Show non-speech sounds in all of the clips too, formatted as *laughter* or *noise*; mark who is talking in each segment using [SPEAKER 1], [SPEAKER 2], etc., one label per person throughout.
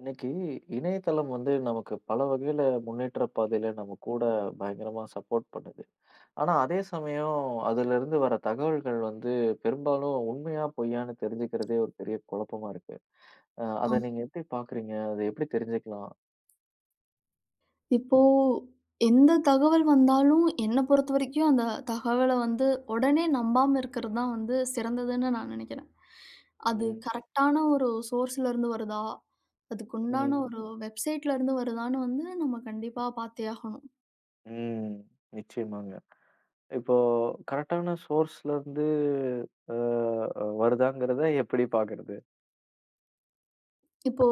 [SPEAKER 1] இன்னைக்கு இணையதளம் வந்து நமக்கு பல வகையில முன்னேற்ற பாதையில நம்ம கூட பயங்கரமா சப்போர்ட் பண்ணுது. ஆனா அதே சமயம் அதிலிருந்து வர தகவல்கள் வந்து பெரும்பாலும் உண்மையா பொய்யான்னு தெரிஞ்சுக்கிறதே ஒரு பெரிய குழப்பமா இருக்கு. அத
[SPEAKER 2] ஆம்.
[SPEAKER 1] நீங்க எப்படி பார்க்குறீங்க? அத எப்படி தெரிஞ்சுக்கலாம்?
[SPEAKER 2] இப்போ எந்த தகவல் வந்தாலும், என்ன பொறுத்தவரைக்கும் அந்த தகவல வந்து உடனே நம்பாம இருக்கிறது தான் வந்து சிறந்ததுன்னு நான் நினைக்கிறேன். அது
[SPEAKER 1] ம்,
[SPEAKER 2] கரெக்ட்டான ஒரு சோர்ஸ்ல இருந்து வருதா? அதுக்குண்டான
[SPEAKER 1] ம்,
[SPEAKER 2] ஒரு வெப்சைட்ல இருந்து வருதான்னு வந்து நம்ம கண்டிப்பா பார்த்தே ஆகணும்.
[SPEAKER 1] ம். நிச்சயமாங்க. இப்போ கரெக்டான சோர்ஸ்லருந்து அ அ வருதாங்கிறத எப்படி பார்க்கறது?
[SPEAKER 2] இப்போ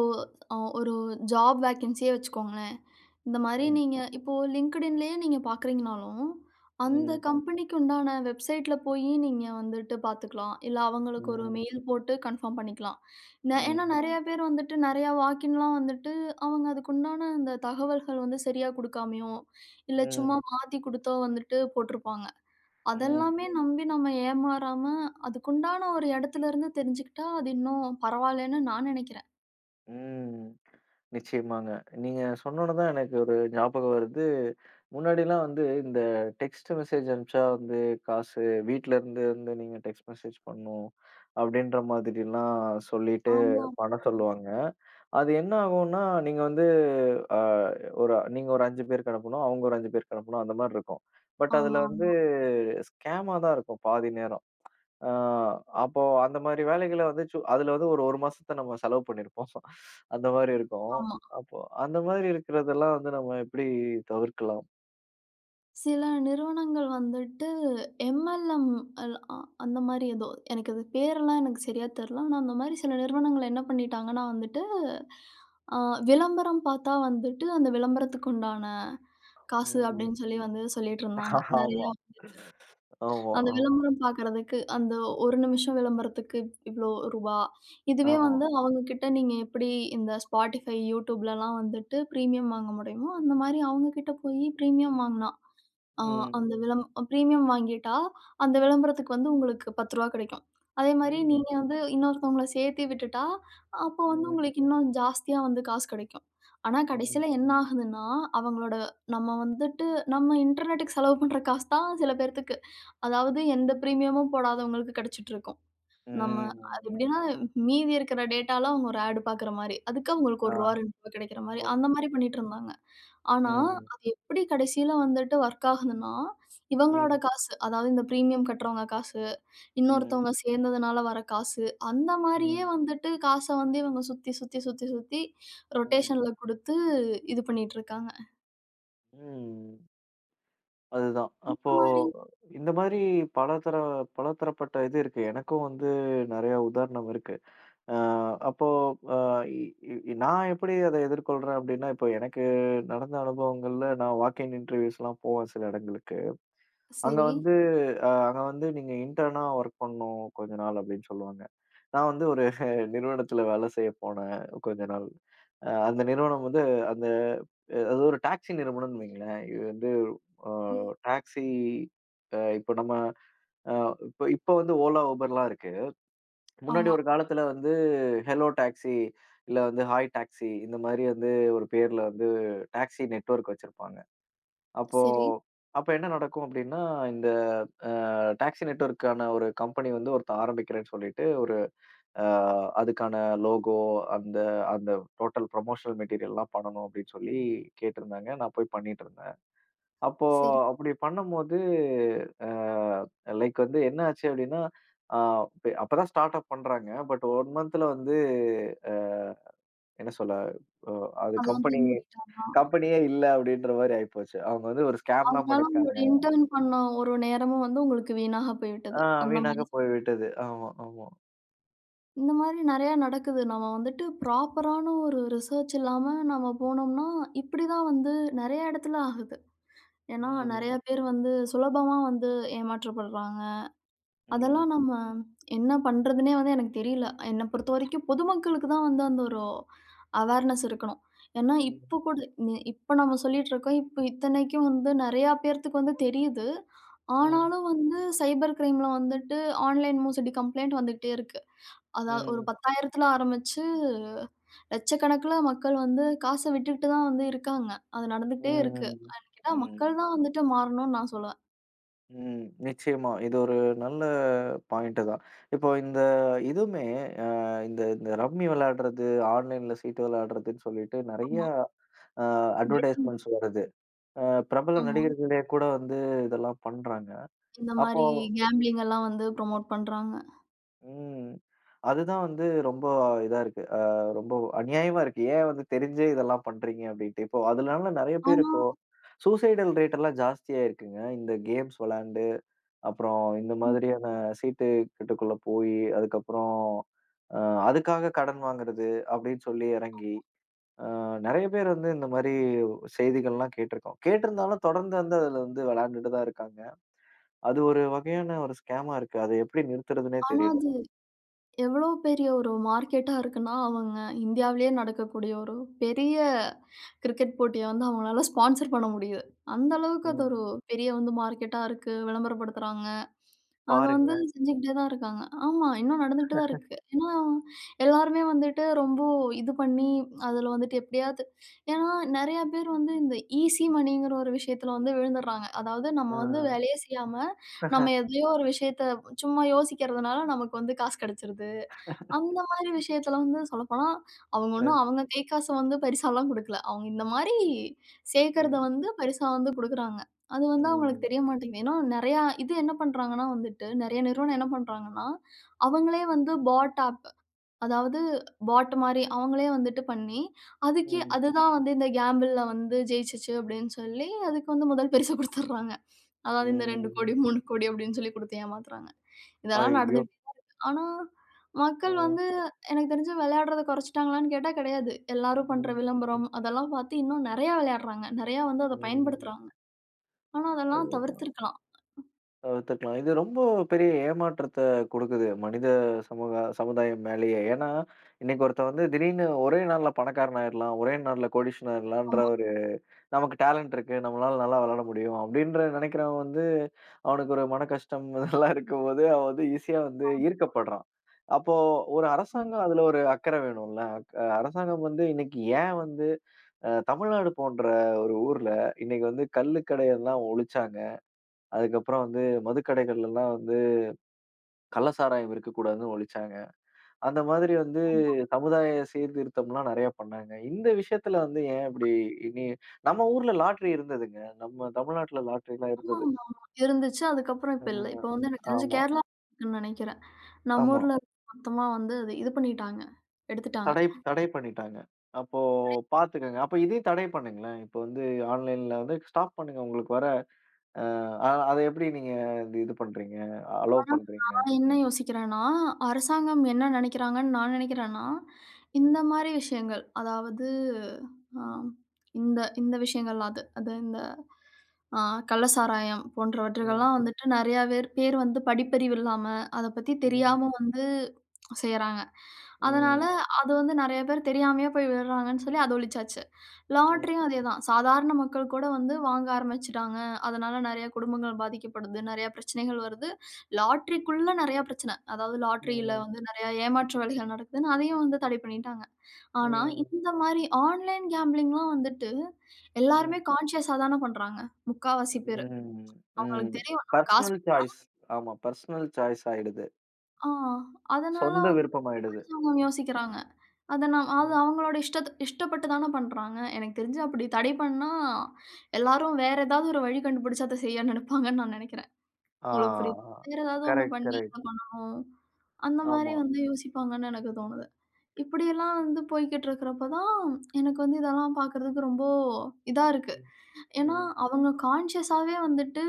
[SPEAKER 2] ஒரு ஜாப் வேக்கன்ஸியே வச்சுக்கோங்களேன். இந்த மாரி
[SPEAKER 1] ம்,
[SPEAKER 2] நீங்க இப்போ LinkedInலயே நீங்க பார்க்குறீங்கனாலும், அந்த
[SPEAKER 1] ம்,
[SPEAKER 2] கம்பெனிக்கு உண்டான வெப்சைட்ல போயி நீங்க வந்துட்டு பார்த்துக்கலாம். இல்ல அவங்களுக்கு ஒரு
[SPEAKER 1] ம்,
[SPEAKER 2] மெயில் போட்டு கன்ஃபார்ம் பண்ணிக்கலாம். ஏன்னா
[SPEAKER 1] ம்,
[SPEAKER 2] நெறைய பேர் வந்துட்டு நெறையா வாக்கின்லாம் வந்துட்டு அவங்க அதுக்குண்டான அந்த தகவல்கள் வந்து சரியா குடுக்காமயோ, இல்ல சும்மா
[SPEAKER 1] ம்,
[SPEAKER 2] மாத்தி குடுத்தோ வந்துட்டு போட்டிருப்பாங்க.
[SPEAKER 1] ம்,
[SPEAKER 2] அதெல்லாமே நம்பி நம்ம ஏமாறாம, அதுக்குண்டான ஒரு இடத்துலருந்து தெரிஞ்சுக்கிட்டா அது இன்னும் பரவாயில்லன்னு நான் நினைக்கிறேன்.
[SPEAKER 1] ம். நிச்சயமாங்க. நீங்க சொன்னோன தான் எனக்கு ஒரு ஞாபகம் வருது. முன்னாடிலாம் வந்து இந்த டெக்ஸ்ட் மெசேஜ் அனுப்பிச்சா வந்து காசு வீட்லருந்து வந்து நீங்க டெக்ஸ்ட் மெசேஜ் பண்ணணும். அப்டின்ற மாதிரிலாம் சொல்லிட்டு
[SPEAKER 2] ஆமாமா.
[SPEAKER 1] பண்ண சொல்லுவாங்க. அது என்ன ஆகும்னா, நீங்க வந்து அ ஒரு நீங்க ஒரு 5 பேருக்கு அனுப்பணும். அவங்க ஒரு 5 பேருக்கு அனுப்பணும். அந்த மாரி இருக்கும். பட் அதுல
[SPEAKER 2] ஆமாமா,
[SPEAKER 1] வந்து
[SPEAKER 2] ஆமா.
[SPEAKER 1] ஸ்கேமா தான் இருக்கும் பாதி நேரம். ஆ அப்போ அந்த மாரி வேலைகள வந்து அதுல வந்து ஒரு 1 மாசத்த நம்ம செலவு பண்ணியிருப்போம். *laughs* அந்த மாரி இருக்கும்.
[SPEAKER 2] ஆமா ஆமா.
[SPEAKER 1] அப்போ அந்த மாதிரி இருக்கிறதெல்லாம் வந்து நம்ம எப்படி தவிர்க்கலாம்?
[SPEAKER 2] சில நிறுவனங்கள் வந்துட்டு எம்எல்எம் அல் அ அந்த மாரி ஏதோ எனக்கு அது பேரெல்லாம் எனக்கு சரியா தெரியல. ஆனா அந்த மாரி சில நிறுவனங்கள் என்ன பண்ணிட்டாங்கன்னா வந்துட்டு, அ விளம்பரம் பார்த்தா வந்துட்டு அந்த விளம்பரத்துக்கு உண்டான காசு
[SPEAKER 1] ம்.
[SPEAKER 2] அப்படின்னு சொல்லி வந்து சொல்லிட்டு இருந்தாங்க.
[SPEAKER 1] *laughs*
[SPEAKER 2] நெறைய
[SPEAKER 1] ஆமா. ஆமா,
[SPEAKER 2] அந்த
[SPEAKER 1] ஆமா,
[SPEAKER 2] விளம்பரம் பார்க்கறதுக்கு, அந்த 1 நிமிஷம் விளம்பரத்துக்கு இவ்ளோ ரூபா. இதுவே
[SPEAKER 1] ஆமா.
[SPEAKER 2] வந்து அவங்க கிட்ட நீங்க எப்படி இந்த Spotify, YouTubeலலாம் வந்துட்டு பிரீமியம் வாங்க முடியுமோ, அந்த மாரி அவங்க கிட்ட போயி பிரீமியம் வாங்குனா, அ
[SPEAKER 1] ம்.
[SPEAKER 2] அந்த விளம் பிரீமியம் வாங்கிட்டா, அந்த விளம்பரத்துக்கு வந்து உங்களுக்கு ரூ. 10 கிடைக்கும். அதே மாரி
[SPEAKER 1] ம்.
[SPEAKER 2] நீங்க வந்து இன்னொருத்தவங்கள சேர்த்து விட்டுட்டா, அப்போ வந்து
[SPEAKER 1] ம்.
[SPEAKER 2] உங்களுக்கு இன்னும் ஜாஸ்தியா வந்து காசு கிடைக்கும். ஆனா
[SPEAKER 1] ம்.
[SPEAKER 2] கடைசியில என்ன ஆகுதுன்னா, அவங்களோட நம்ம வந்துட்டு நம்ம இன்டர்நெட்டுக்கு செலவு பண்ற காசு தான் சில பேர்த்துக்கு அதாவது எந்த பிரீமியமும் போடாதவங்களுக்கு கிடைச்சிட்டுருக்கும். நம்ம அது
[SPEAKER 1] ம்.
[SPEAKER 2] எப்படின்னா, மீதி இருக்கிற டேட்டால அவங்க ஒரு ஆட் பார்க்குற மாரி. அதுக்கு அவங்களுக்கு ரூ.
[SPEAKER 1] ஆ.
[SPEAKER 2] 1 ரூ. 2 கிடைக்கிற மாரி,
[SPEAKER 1] ஓ.
[SPEAKER 2] அந்த மாரி பண்ணிட்டுருந்தாங்க. ஆனா,
[SPEAKER 1] ம்.
[SPEAKER 2] அது எப்படி கடைசியில வந்துட்டு வொர்க் ஆகுதுன்னா, இவங்களோட
[SPEAKER 1] ம்.
[SPEAKER 2] காசு, அதாவது இந்த பிரீமியம் கட்டுறவங்க காசு,
[SPEAKER 1] ம்.
[SPEAKER 2] இன்னொருத்தவங்க சேர்ந்ததுனால வர காசு, அந்த மாரியே
[SPEAKER 1] ம்.
[SPEAKER 2] வந்துட்டு காச வந்து இவங்க சுத்தி, சுத்தி, சுத்தி, சுத்தி
[SPEAKER 1] ம்.
[SPEAKER 2] ரொட்டேஷன்ல குடுத்து இது பண்ணிட்டுருக்காங்க.
[SPEAKER 1] ம். அதுதான்.
[SPEAKER 2] இந்த
[SPEAKER 1] அப்போ
[SPEAKER 2] மாரி
[SPEAKER 1] இந்த மாரி பலதர பலதரப்பட்ட இது இருக்கு. எனக்கும் வந்து நெறைய உதாரணம் இருக்கு. அ அப்போ அ இ இ நான் எப்படி அத எதிர்கொள்றேன் அப்படின்னா, இப்போ எனக்கு நடந்த அனுபவங்கள்ல நான் வாக் இன் இன்டர்வியூஸ்லாம் போவேன் சில இடங்களுக்கு. அங்க
[SPEAKER 2] சரி.
[SPEAKER 1] வந்து நீங்க இன்டர்னா வொர்க் பண்ணும் கொஞ்ச நாள் அப்படின்னு சொல்லுவாங்க. நான் வந்து ஒரு *laughs* நிறுவனத்துல வேலை செய்ய போனேன் கொஞ்ச நாள். அந்த நிறுவனம் வந்து அந்த அது ஒரு டாக்ஸி நிறுவனம்னு வைங்களேன். இது வந்து அ
[SPEAKER 2] ம்.
[SPEAKER 1] டாக்ஸி அ இப்போ நம்ம அ இப்போ இப்போ வந்து ஓலா, உபர்லாம் இருக்கு. முன்னாடி
[SPEAKER 2] ஆமா.
[SPEAKER 1] ஒரு காலத்துல வந்து ஹெலோ டாக்ஸி, இல்ல வந்து ஹாய் டாக்ஸி இந்த மாரி வந்து ஒரு பேர்ல வந்து டாக்ஸி நெட்வொர்க் வச்சிருப்பாங்க. அப்போ
[SPEAKER 2] சரி,
[SPEAKER 1] அப்ப என்ன நடக்கும் அப்டின்னா, இந்த டாக்ஸி நெட்வொர்க்கான ஒரு கம்பெனி வந்து ஒருத்தன் ஆரம்பிக்கிறேன்னு சொல்லிட்டு, ஒரு அ அதுக்கான லோகோ அந்த அந்த டோட்டல் ப்ரமோஷனல் மெட்டீரியல்லாம் பண்ணணும் அப்டின்னு சொல்லி கேட்டிருந்தாங்க. நான் போய் பண்ணிட்டு இருந்தேன். அப்போ
[SPEAKER 2] சரி.
[SPEAKER 1] அப்படி பண்ணும்போது, லைக் வந்து என்ன ஆச்சு அப்படின்னா, அ இப்ப அப்பதான் ஸ்டார்ட் அப் பண்றாங்க. பட் 1 மந்த்ல வந்து அ என்ன சொல்ல, அ அது
[SPEAKER 2] அது வந்து
[SPEAKER 1] கம்பெனி
[SPEAKER 2] மூடிட்டாங்களா?
[SPEAKER 1] கம்பெனியே இல்ல அப்படின்ற மாரி ஆயிப்போச்சு. அவங்க வந்து ஒரு ஸ்கேம் தான்
[SPEAKER 2] அதனால உங்களோட
[SPEAKER 1] பண்ணியிருக்காங்க.
[SPEAKER 2] இன்டர்ன் பண்ண ஒரு நேரமும் வந்து உங்களுக்கு வீணாக போய்விட்டது.
[SPEAKER 1] ஆ
[SPEAKER 2] அந்த மாரி
[SPEAKER 1] வீணாக போய்விட்டது. ஆமா, ஆமா.
[SPEAKER 2] இந்த மாரி நெறையா நடக்குது. நம்ம வந்துட்டு ப்ராப்பரான ஒரு ரிசர்ச் இல்லாம நம்ம போனோம்னா, இப்படி தான் வந்து நெறைய இடத்துல ஆகுது. ஏன்னா,
[SPEAKER 1] ம்,
[SPEAKER 2] நெறைய பேர் வந்து சுலபமா வந்து ஏமாற்றப்படுறாங்க.
[SPEAKER 1] ம்,
[SPEAKER 2] அதெல்லாம் நம்ம என்ன பண்றதுன்னே வந்து எனக்கு தெரியல. என்ன பொறுத்தவரைக்கும் பொதுமக்களுக்கு தான் வந்து அந்த ஒரு அவேர்னஸ் இருக்கணும். ஏன்னா,
[SPEAKER 1] ம்,
[SPEAKER 2] இப்ப கூட இப்ப நம்ம சொல்லிட்டு இருக்கோம். இப்ப இத்தனைக்கும் வந்து நெறையா பேர்த்துக்கு வந்து தெரியுது.
[SPEAKER 1] ம்,
[SPEAKER 2] ஆனாலும் வந்து சைபர் கிரைம்ல வந்துட்டு ஆன்லைன் மோசடி கம்ப்ளைண்ட் வந்துகிட்டே இருக்கு. அதாவது ஒரு
[SPEAKER 1] ம்,
[SPEAKER 2] 10,000த்துல ஆரம்பிச்சு லட்சக்கணக்குல மக்கள் வந்து காச விட்டுட்டு தான் வந்து இருக்காங்க. அது நடந்துகிட்டே இருக்கு.
[SPEAKER 1] ம்,
[SPEAKER 2] அதுன்னு கேட்டா
[SPEAKER 1] ம்.
[SPEAKER 2] மக்கள் தான் வந்துட்டு மாறணும்னு நான் சொல்லுவேன்.
[SPEAKER 1] ம். நிச்சயமா. இது ஒரு நல்ல பாயிண்ட் தான். இப்போ இந்த இதுவுமே அ இந்த இந்த ரம்மி விளையாடுறது, ஆன்லைன்ல சீட்டு விளையாடுறதுன்னு சொல்லிட்டு நெறைய
[SPEAKER 2] ஆமா.
[SPEAKER 1] அ
[SPEAKER 2] பெட்டிங்.
[SPEAKER 1] அட்வர்டைஸ்மென்ட்ஸ் வருது. அ பிரபல
[SPEAKER 2] ஆமா.
[SPEAKER 1] நடிகர்களே கூட வந்து இதெல்லாம் பண்றாங்க.
[SPEAKER 2] இந்த
[SPEAKER 1] அப்போ
[SPEAKER 2] மாரி கேம்பிளிங் எல்லாம் வந்து ப்ரமோட் பண்றாங்க.
[SPEAKER 1] ம். அதுதான் வந்து ரொம்ப இதா இருக்கு. ரொம்ப அநியாயமா இருக்கு. ஏன் வந்து தெரிஞ்சே இதெல்லாம் பண்றீங்க அப்படின்ட்டு. இப்போ அதனால நெறைய பேர்
[SPEAKER 2] ஆனா
[SPEAKER 1] இப்போ சூசைடல் ரேட் எல்லாம் ஜாஸ்தியா இருக்குங்க. இந்த கேம்ஸ் விளையாண்டு அப்புறம் இந்த
[SPEAKER 2] ம்.
[SPEAKER 1] மாதிரியான சீட்டு கட்டுக்குள்ள போயி, அதுக்கப்புறம் அ அதுக்காக கடன் வாங்குறது அப்படின்னு சொல்லி இறங்கி, அ நெறைய பேர் வந்து இந்த மாரி செய்திகள்லாம் கேட்டிருக்கோம். கேட்டிருந்தாலும் தொடர்ந்து வந்து அதுல வந்து விளையாண்டுட்டு தான் இருக்காங்க. அது ஒரு வகையான ஒரு ஸ்கேமா இருக்கு. அத எப்படி நிறுத்துறதுன்னே
[SPEAKER 2] ஆனா
[SPEAKER 1] தெரியல.
[SPEAKER 2] அது எவ்வளோ பெரிய ஒரு மார்க்கெட்டா இருக்குன்னா, அவங்க இந்தியாவிலேயே நடக்கக்கூடிய ஒரு பெரிய கிரிக்கெட் போட்டிய வந்து அவங்களால ஸ்பான்சர் பண்ண முடியுது. அந்த அளவுக்கு அது ஒரு
[SPEAKER 1] ம்.
[SPEAKER 2] பெரிய வந்து மார்க்கெட்டா இருக்கு. விளம்பரப்படுத்துறாங்க. அத வந்து
[SPEAKER 1] பாருங்களேன்.
[SPEAKER 2] செஞ்சுக்கிட்டே தான் இருக்காங்க. ஆமா, இன்னும் நடந்துகிட்டு தான் இருக்கு. ஏன்னா, எல்லாருமே வந்துட்டு ரொம்ப இது பண்ணி அதுல வந்துட்டு எப்படியாவது ஏன்னா நெறைய பேர் வந்து இந்த ஈசி மணிங்கிற ஒரு விஷயத்துல வந்து விழுந்துடுறாங்க. அதாவது நம்ம
[SPEAKER 1] ஆ.
[SPEAKER 2] வந்து வேலையே செய்யாம, நம்ம எதையோ ஒரு விஷயத்த சும்மா யோசிக்கிறதுனால நமக்கு வந்து காசு கிடைச்சிருது. அந்த மாதிரி விஷயத்துல வந்து சொல்லப்போனா, அவங்க
[SPEAKER 1] அ.
[SPEAKER 2] ஒண்ணும் அவங்க கை காசு வந்து பரிசாலாம் குடுக்கல. அவங்க இந்த மாரி சேர்க்கிறத
[SPEAKER 1] ம்.
[SPEAKER 2] வந்து பரிசா வந்து குடுக்குறாங்க. அது வந்து அவங்களுக்கு
[SPEAKER 1] ம்.
[SPEAKER 2] தெரிய மாட்டேங்குது. ஏன்னா நெறையா இது என்ன பண்றாங்கன்னா வந்துட்டு, நெறைய நிறுவனம் என்ன பண்றாங்கன்னா, அவங்களே வந்து பாட் ஆப் அதாவது பாட் மாரி அவங்களே வந்துட்டு பண்ணி, அதுக்கே
[SPEAKER 1] ம்.
[SPEAKER 2] அதுதான் வந்து இந்த கேம்பிள்ல வந்து ஜெயிச்சுச்சு அப்படின்னு சொல்லி, அதுக்கு வந்து முதல் பரிசு குடுத்துடுறாங்க. அதாவது இந்த 2 கோடி,
[SPEAKER 1] ம்.
[SPEAKER 2] 3 கோடி அப்படின்னு சொல்லி குடுத்து ஏமாத்துறாங்க. இதெல்லாம்
[SPEAKER 1] ஐயோ!
[SPEAKER 2] நடந்துகிட்டே தான் இருக்கு. ஆனா,
[SPEAKER 1] அ.
[SPEAKER 2] மக்கள் வந்து எனக்கு தெரிஞ்சு விளையாடுறத குறைச்சுட்டாங்களான்னு கேட்டா கிடையாது. எல்லாரும் பண்ற
[SPEAKER 1] ம்.
[SPEAKER 2] விளம்பரம், அதெல்லாம் பார்த்து இன்னும் நெறையா விளையாடுறாங்க. நெறையா வந்து அத பயன்படுத்துறாங்க. ஆனா, அதெல்லாம்
[SPEAKER 1] ம்.
[SPEAKER 2] தவிர்த்திருக்கலாம்.
[SPEAKER 1] தவிர்த்துக்கலாம். இது ரொம்ப பெரிய ஏமாற்றத்த குடுக்குது. மனித சமூக சமுதாயம் மேலேயே. ஏன்னா, இன்னைக்கு ஒருத்தன் வந்து திடீர்னு ஒரே நாள்ல பணக்காரன் ஆயிரலாம். ஒரே நாள்ல கோடீஸ்வரன் ஆயிரலான்ற
[SPEAKER 2] ஆமா,
[SPEAKER 1] ஒரு நமக்கு டேலண்ட் இருக்கு. நம்மளால நல்லா விளையாட முடியும். அப்டின்ற நெனைக்கிறவன் வந்து, அவனுக்கு ஒரு மன கஷ்டம் *laughs* இதெல்லாம் இருக்கும்போது, அவன் வந்து ஈஸியா வந்து ஈர்க்கப்படுறான். அப்போ ஒரு
[SPEAKER 2] ஆமா.
[SPEAKER 1] அரசாங்கம் அதுல ஒரு அக்கறை வேணும்ல. அரசாங்கம் வந்து இன்னைக்கு ஏன் வந்து தமிழ்நாடு போன்ற ஒரு ஊர்ல, இன்னைக்கு வந்து கள்ளுக்கடையெல்லாம் ஒழிச்சாங்க. அதுக்கப்புறம் வந்து மதுக்கடைகள்லாம் வந்து கள்ள சாராயம் இருக்கக்கூடாதுன்னு ஒழிச்சாங்க. அந்த மாதிரி வந்து சமுதாய சீர்திருத்தம்லாம் நெறைய பண்ணாங்க. இந்த விஷயத்துல வந்து ஏன் இப்படி இனி நம்ம ஊர்ல லாட்டரி இருந்ததுங்க. நம்ம தமிழ்நாட்டுல லாட்டரிலாம் இருந்தது.
[SPEAKER 2] ஆமாமாமா. இருந்துச்சு. அதுக்கப்புறம்
[SPEAKER 1] அ
[SPEAKER 2] இப்ப இல்ல. இப்ப வந்து எனக்கு தெரிஞ்சு
[SPEAKER 1] ஆமா,
[SPEAKER 2] கேரளா இருக்குன்னு நெனைக்கிறேன். நம்ம
[SPEAKER 1] ஆமா.
[SPEAKER 2] ஊர்ல மொத்தமா வந்து அது இது பண்ணிட்டாங்க. எடுத்துட்டாங்க.
[SPEAKER 1] தடை தடை பண்ணிட்டாங்க. அப்போ பாத்துக்கங்க. அப்ப இதையும் தடை பண்ணுங்களேன். இப்ப வந்து ஆன்லைன்ல வந்து ஸ்டாப் பண்ணுங்க. உங்களுக்கு வர அ அத எப்படி நீங்க இது இது பண்றீங்க? அலோவ்
[SPEAKER 2] ஆனா,
[SPEAKER 1] பண்றீங்க?
[SPEAKER 2] நான் என்ன யோசிக்கிறேன்னா, அரசாங்கம் என்ன நினைக்கிறாங்கன்னு நான் நினைக்கிறேன்னா, இந்த
[SPEAKER 1] ம்,
[SPEAKER 2] மாரி விஷயங்கள், அதாவது அ இந்த இந்த விஷயங்கள்லாம் அது. அது இந்த அ கள்ள சாராயம்
[SPEAKER 1] ம்,
[SPEAKER 2] போன்றவற்றுகள்லாம் வந்துட்டு நெறையா பேர் பேர் வந்து படிப்பறிவு இல்லாம, அத பத்தி
[SPEAKER 1] ம்,
[SPEAKER 2] தெரியாம வந்து செய்றாங்க. அதனால
[SPEAKER 1] ம்,
[SPEAKER 2] அது வந்து நெறைய பேர் தெரியாமயே போய் விழுறாங்கன்னு சொல்லி அது ஒழிச்சாச்சு.
[SPEAKER 1] ம்,
[SPEAKER 2] லாட்டரியும் அதேதான். சாதாரண மக்கள் கூட வந்து வாங்க ஆரம்பிச்சுட்டாங்க. அதனால நெறைய குடும்பங்கள் பாதிக்கப்படுது. நெறைய பிரச்சனைகள் வருது. லாட்டரிக்குள்ள நெறைய பிரச்சனை. அதாவது லாட்டரியில
[SPEAKER 1] ம்,
[SPEAKER 2] வந்து நெறைய ஏமாற்று வேலைகள் நடக்குதுன்னு அதையும் வந்து தடை பண்ணிட்டாங்க. ஆனா,
[SPEAKER 1] ம்,
[SPEAKER 2] இந்த மாரி ஆன்லைன் கேம்பிளிங்லாம் வந்துட்டு
[SPEAKER 1] ம்.
[SPEAKER 2] எல்லாருமே கான்ஷியஸா தான பண்றாங்க. முக்காவாசி பேரு.
[SPEAKER 1] ம்.
[SPEAKER 2] அவங்களுக்கு
[SPEAKER 1] ம்.
[SPEAKER 2] தெரியும் நம்ம காசு.
[SPEAKER 1] Personal choice. ஆமா. பர்சனல் சாய்ஸ் ஆயிடுது.
[SPEAKER 2] ஆ, அதனால
[SPEAKER 1] சொந்த
[SPEAKER 2] வந்து
[SPEAKER 1] விருப்பம் ஆயிடுது.
[SPEAKER 2] அரசாங்கம் யோசிக்கிறாங்க. அத நான் அது
[SPEAKER 1] ம்.
[SPEAKER 2] அவங்களோட இஷ்டப்பட்டு தான பண்றாங்க. எனக்கு தெரிஞ்சு அப்படி தடை பண்ணா, எல்லாரும் வேற ஏதாவது ஒரு வழி கண்டுபிடிச்சு அத செய்ய நினைப்பாங்கன்னு நான் நினைக்கிறேன். உங்களுக்கு புரியுது.
[SPEAKER 1] ஆ.
[SPEAKER 2] வேற ஏதாவது ஒண்ணு
[SPEAKER 1] கரெக்ட்,
[SPEAKER 2] பண்ணி
[SPEAKER 1] கரெக்ட்.
[SPEAKER 2] இத பண்ணணும். அந்த மாரி
[SPEAKER 1] ஆமா.
[SPEAKER 2] வந்து யோசிப்பாங்கன்னு எனக்கு தோணுது. இப்படியெல்லாம் வந்து போய்க்கிட்டு இருக்கிறப்ப தான், எனக்கு வந்து இதெல்லாம் பார்க்கறதுக்கு ரொம்ப இதா இருக்கு.
[SPEAKER 1] ம்.
[SPEAKER 2] ஏன்னா,
[SPEAKER 1] ம்.
[SPEAKER 2] அவங்க கான்ஷியஸாவே வந்துட்டு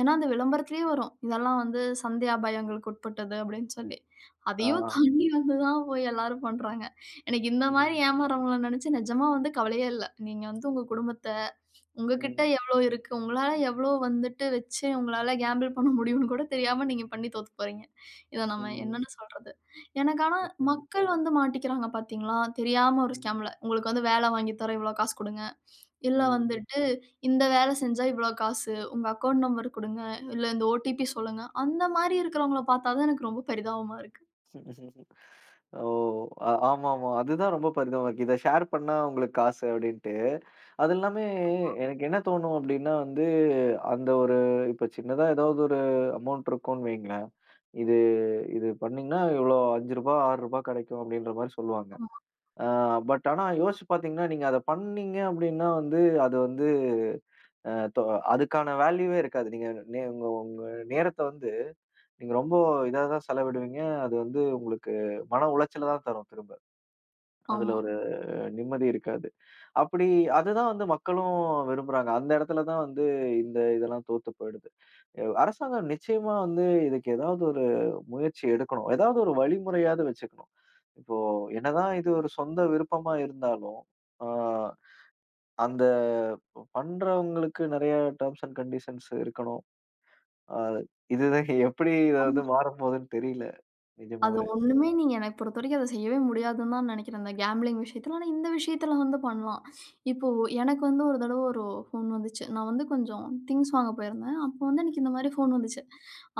[SPEAKER 2] ஏன்னா அந்த விளம்பரத்திலேயே வரும். இதெல்லாம் வந்து சந்தியா பயங்களுக்கு உட்பட்டது அப்படின்னு சொல்லி.
[SPEAKER 1] ஆ.
[SPEAKER 2] அதையும் தாண்டி வந்து தான் போய் எல்லாரும் பண்றாங்க. எனக்கு இந்த மாரி
[SPEAKER 1] ம்.
[SPEAKER 2] ஏமாறவங்கள நெனச்சு நிஜமா வந்து கவலையே இல்ல. நீங்க வந்து உங்க குடும்பத்த, உங்ககிட்ட
[SPEAKER 1] ம்.
[SPEAKER 2] எவ்ளோ இருக்கு, உங்களால எவ்ளோ வந்துட்டு வச்சு உங்களால கேம்பிள் பண்ண முடியும்னு கூட தெரியாம நீங்க பண்ணி தோத்து போறீங்க. இத நம்ம
[SPEAKER 1] ம்.
[SPEAKER 2] என்னன்னு சொல்றது? எனக்கு ஆனா
[SPEAKER 1] நிச்சயமா.
[SPEAKER 2] மக்கள் வந்து மாட்டிக்கிறாங்க பார்த்தீங்களா? தெரியாம ஒரு
[SPEAKER 1] ம்.
[SPEAKER 2] ஸ்கேம்ல. உங்களுக்கு வந்து வேலை வாங்கி தர்றோம், இவ்ளோ காசு குடுங்க. இல்ல
[SPEAKER 1] ம்.
[SPEAKER 2] வந்துட்டு, இந்த வேல செஞ்சா இவ்ளோ காசு, உங்க அக்கவுண்ட் நம்பர் குடுங்க, இல்ல இந்த ஓடிபி சொல்லுங்க. அந்த மாரி இருக்கிறவங்கள பார்த்தா தான் எனக்கு ரொம்ப பரிதாபமா இருக்கு.
[SPEAKER 1] *laughs* ஓ! ஆமாமா. அதுதான் ரொம்ப பரிதாபமா இருக்கு. இத ஷேர் பண்ணா உங்களுக்கு காசு அப்டின்ட்டு. அது எல்லாமே எனக்கு என்ன தோணும் அப்டின்னா வந்து, அந்த ஒரு இப்ப சின்னதா ஏதாவது ஒரு அமௌண்ட் இருக்கும்னு வைங்களேன். இது இது பண்ணீங்கன்னா இவ்ளோ ரூ. 5 ரூ. 6 கெடைக்கும் அப்டின்ற மாரி சொல்லுவாங்க.
[SPEAKER 2] ஆமா,
[SPEAKER 1] அ பட் ஆனா யோசிச்சு பார்த்தீங்கன்னா, நீங்க அத பண்ணீங்க அப்டின்னா வந்து, அது வந்து அ தொ அதுக்கான வேல்யூவே இருக்காது. நீங்க உங்க உங்க நேரத்த வந்து, நீங்க ரொம்ப இதா தான் செலவிடுவீங்க. அது வந்து உங்களுக்கு மன உளைச்சல தான் தரும் திரும்ப. அதுல
[SPEAKER 2] ஆமா,
[SPEAKER 1] ஒரு நிம்மதி இருக்காது. அப்படி அதுதான் வந்து மக்களும் விரும்புறாங்க. அந்த இடத்துல தான் வந்து இந்த இதெல்லாம் தோத்து போயிடுது. அரசாங்கம் நிச்சயமா வந்து இதுக்கு ஏதாவது ஒரு முயற்சி எடுக்கணும். ஏதாவது ஒரு வழிமுறையாவது வச்சுக்கணும். இப்போ என்னதான் இது ஒரு சொந்த விருப்பமா இருந்தாலும், அ அந்த பண்றவங்களுக்கு நெறைய டெர்ம்ஸ் அண்ட் கண்டிஷன்ஸ் இருக்கணும். அ இதுதான் *laughs* எப்படி இத
[SPEAKER 2] ஆமா.
[SPEAKER 1] வந்து மாறப்போதுன்னு தெரியல
[SPEAKER 2] அது
[SPEAKER 1] நிஜமாவே.
[SPEAKER 2] ஒண்ணுமே நீங்க எனக்கு பொறுத்தவரைக்கும் அத செய்யவே முடியாதுன்னு தான் நெனைக்கிறேன், இந்த கேம்பிளிங் விஷயத்துல. ஆனா இந்த விஷயத்துல வந்து பண்ணலாம். இப்போ எனக்கு வந்து ஒரு தடவ ஒரு ஃபோன் வந்துச்சு. நான் வந்து கொஞ்சம் திங்ஸ் வாங்க போயிருந்தேன். அப்போ வந்து எனக்கு இந்த மாரி ஃபோன் வந்துச்சு.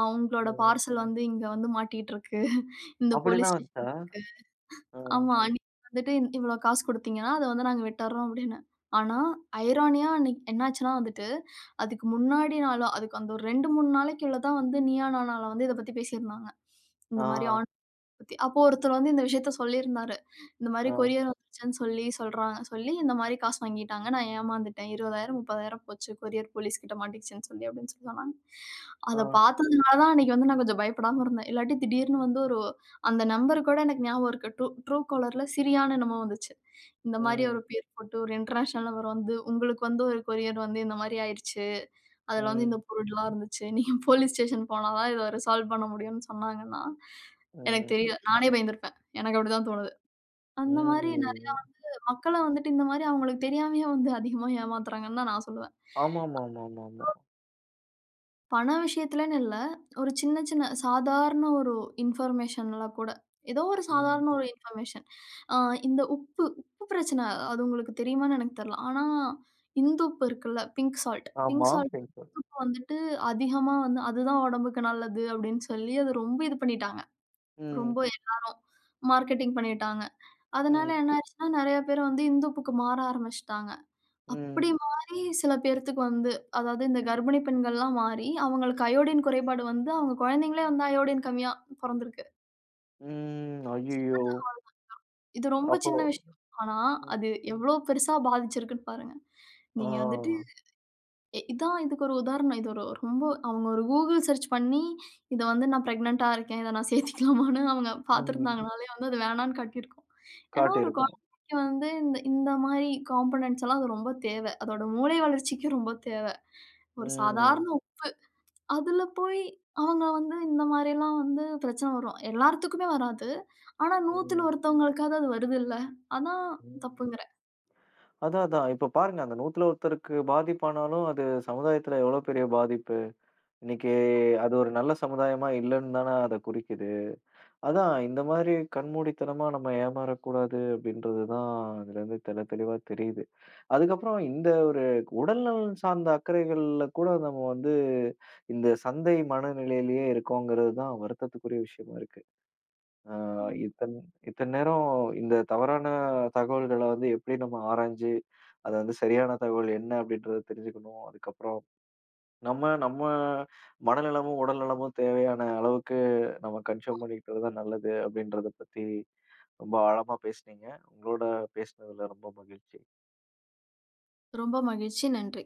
[SPEAKER 2] உங்களோட பார்சல் வந்து இங்க வந்து மாட்டிட்டு இருக்கு. இந்த போலீஸ்
[SPEAKER 1] அப்படிலாம் வந்துட்டா,
[SPEAKER 2] ஸ்டேஷன்ல இருக்கு.
[SPEAKER 1] அ,
[SPEAKER 2] ஆமா. ம். நீங்க வந்துட்டு இவ்ளோ காசு குடுத்தீங்கன்னா, அத வந்து நாங்க விட்டுர்றோம் அப்படின்னு. ஆனா, ஐரானியா அன்னைக்கு என்னாச்சுன்னா வந்துட்டு, அதுக்கு முன்னாடி நாளோ அதுக்கு அந்த ஒரு 2, 3 நாளைக்குள்ள தான் வந்து நீயா நானால வந்து இத பத்தி பேசியிருந்தாங்க. இந்த மாரி
[SPEAKER 1] ஆ,
[SPEAKER 2] பத்தி. அப்போ ஒருத்தர் வந்து இந்த விஷயத்த சொல்லியிருந்தாரு. இந்த மாரி
[SPEAKER 1] ஆ,
[SPEAKER 2] கொரியர் வந்துருச்சுன்னு சொல்லி சொல்றாங்க சொல்லி இந்த மாரி காசு வாங்கிட்டாங்க. நான் ஏமாந்துட்டேன். 20,000 30,000 போச்சு. கொரியர் போலீஸ் கிட்ட மாட்டிக்கிச்சுன்னு சொல்லி அப்படின்னு சொல்லி சொன்னாங்க.
[SPEAKER 1] ஆ,
[SPEAKER 2] அத பார்த்ததுனால தான் அன்னைக்கு வந்து நான் கொஞ்சம் பயப்படாம இருந்தேன். இல்லாட்டி திடீர்னு வந்து ஒரு அந்த நம்பர் கூட எனக்கு ஞாபகம் இருக்கு. ட்ரூ ட்ரூ காலர்ல சிரியான்னு என்னமோ வந்துச்சு. இந்த மாரி ஒரு
[SPEAKER 1] ம்.
[SPEAKER 2] பேர் போட்டு ஒரு இன்டர்நேஷனல் நம்பர் வந்து உங்களுக்கு வந்து ஒரு கொரியர் வந்து இந்த மாரி ஆயிருச்சு. அதுல வந்து இந்த
[SPEAKER 1] ம்.
[SPEAKER 2] பொருள்லாம் இருந்துச்சு. நீங்க போலீஸ் ஸ்டேஷன் *laughs* போனா தான் இத ரிசால்வ் பண்ண முடியும்னு சொன்னாங்கன்னா, எனக்கு
[SPEAKER 1] ம்.
[SPEAKER 2] தெரியும். நானே பயந்திருப்பேன். எனக்கு அப்படிதான் தோணுது. அந்த மாரி நெறைய
[SPEAKER 1] ம்.
[SPEAKER 2] மக்கள வந்துட்டு இந்த மாரி அவங்களுக்கு தெரியாமயே வந்து அதிகமா ஏமாத்துறாங்கன்னு தான் நான் சொல்லுவேன்.
[SPEAKER 1] ஆமாமாமாமாமா.
[SPEAKER 2] பண விஷயத்துலன்னு இல்ல. ஒரு சின்ன, சின்ன சாதாரண ஒரு இன்ஃபர்மேஷன்ல கூட. ஏதோ ஒரு
[SPEAKER 1] ம்.
[SPEAKER 2] சாதாரண ஒரு இன்ஃபர்மேஷன். அ இந்த உப்பு, உப்பு பிரச்சனை அது உங்களுக்கு தெரியுமான்னு எனக்கு தெர்ல. ஆனா, இந்துப்பு இருக்குல்ல, பிங்க் சால்ட். பிங்க்
[SPEAKER 1] ஆமா.
[SPEAKER 2] Salt
[SPEAKER 1] pencil.
[SPEAKER 2] உப்பு வந்துட்டு அதிகமா வந்து அதுதான் உடம்புக்கு நல்லது அப்படின்னு சொல்லி அது ரொம்ப இது பண்ணிட்டாங்க.
[SPEAKER 1] ம்.
[SPEAKER 2] ரொம்ப எல்லாரும் மார்க்கெட்டிங் பண்ணிட்டாங்க. அதனால
[SPEAKER 1] ம்.
[SPEAKER 2] என்ன ஆயிருச்சுன்னா, நெறைய பேர் வந்து இந்துப்புக்கு மாற ஆரம்பிச்சுட்டாங்க. அப்படி
[SPEAKER 1] ம்.
[SPEAKER 2] மாறி சில பேர்த்துக்கு வந்து அதாவது இந்த கர்ப்பிணி பெண்கள்லாம் மாறி, அவங்களுக்கு அயோடின் குறைபாடு வந்து அவங்க குழந்தைங்களே வந்து அயோடின் கம்மியா பொறந்திருக்கு.
[SPEAKER 1] ம். ஐயய்யோ!
[SPEAKER 2] இது ரொம்ப
[SPEAKER 1] அப்போ
[SPEAKER 2] சின்ன விஷயம். ஆனா,
[SPEAKER 1] ம்.
[SPEAKER 2] அது எவ்ளோ பெருசா பாதிச்சிருக்குன்னு பாருங்க. நீங்க வந்துட்டு
[SPEAKER 1] ஆ.
[SPEAKER 2] இதான் இதுக்கு ஒரு உதாரணம். இது ஒரு ரொம்ப அவங்க ஒரு Google சர்ச் பண்ணி, இத வந்து நான் பிரெக்னன்ட்டா இருக்கேன். இத நான் சேர்த்துக்கலாமான்னு அவங்க
[SPEAKER 1] ம்.
[SPEAKER 2] பார்த்துருந்தாங்கனாலே வந்து அது வேணான்னு காட்டியிருக்கும். ஏன்னா, ஒரு
[SPEAKER 1] காட்டியிருக்கும்.
[SPEAKER 2] குழந்தைக்கு வந்து இந்த இந்த மாரி காம்போனன்ட்ஸ் எல்லாம் அது ரொம்ப தேவை. அதோட மூளை வளர்ச்சிக்கு ரொம்ப தேவை. ஒரு
[SPEAKER 1] ம்.
[SPEAKER 2] சாதாரண அதுல போய் அவங்க வந்து இந்த மாரிலாம் வந்து பிரச்சனை வரும். எல்லாத்துக்குமே வராது. ஆனா 100-த்துல
[SPEAKER 1] ம்.
[SPEAKER 2] ஒருத்தவங்களுக்காவது அது வருதுல்ல. அதான்
[SPEAKER 1] ம்.
[SPEAKER 2] தப்புங்கிறேன்.
[SPEAKER 1] அதான், அதான். இப்ப பாருங்க அந்த 100ல ஒருத்தருக்கு பாதிப்பானாலும், அது சமுதாயத்துல எவ்வளோ பெரிய பாதிப்பு. இன்னைக்கு அது ஒரு நல்ல சமுதாயமா இல்லன்னு தான அத குறிக்குது. அதான் இந்த மாரி கண்மூடித்தனமா நம்ம ஏமாறக்கூடாது அப்படின்றது தான் அதுலருந்து தெளிவா தெரியுது. அதுக்கப்புறம் இந்த ஒரு உடல்நலன் சார்ந்த அக்கறைகள்ல கூட நம்ம வந்து இந்த சந்தை மனநிலையிலேயே இருக்கோங்கிறது தான் வருத்தத்துக்குரிய விஷயமா இருக்கு. ஆ
[SPEAKER 2] ஆமா.
[SPEAKER 1] இத்தன் இத்தன நேரம் இந்த தவறான தகவல்கள வந்து எப்படி நம்ம ஆராய்ஞ்சு, அது வந்து சரியான தகவல் என்ன அப்படின்றத தெரிஞ்சுக்கணும். அதுக்கப்புறம் நம்ம நம்ம மனநலமும், உடல் நலமும் தேவையான அளவுக்கு நம்ம கன்சியூம் பண்ணிக்கிட்டது தான் நல்லது அப்படின்றத பத்தி ரொம்ப ஆழமா பேசுனீங்க. உங்களோட பேசினதுல ரொம்ப மகிழ்ச்சி.
[SPEAKER 2] ரொம்ப மகிழ்ச்சி. நன்றி.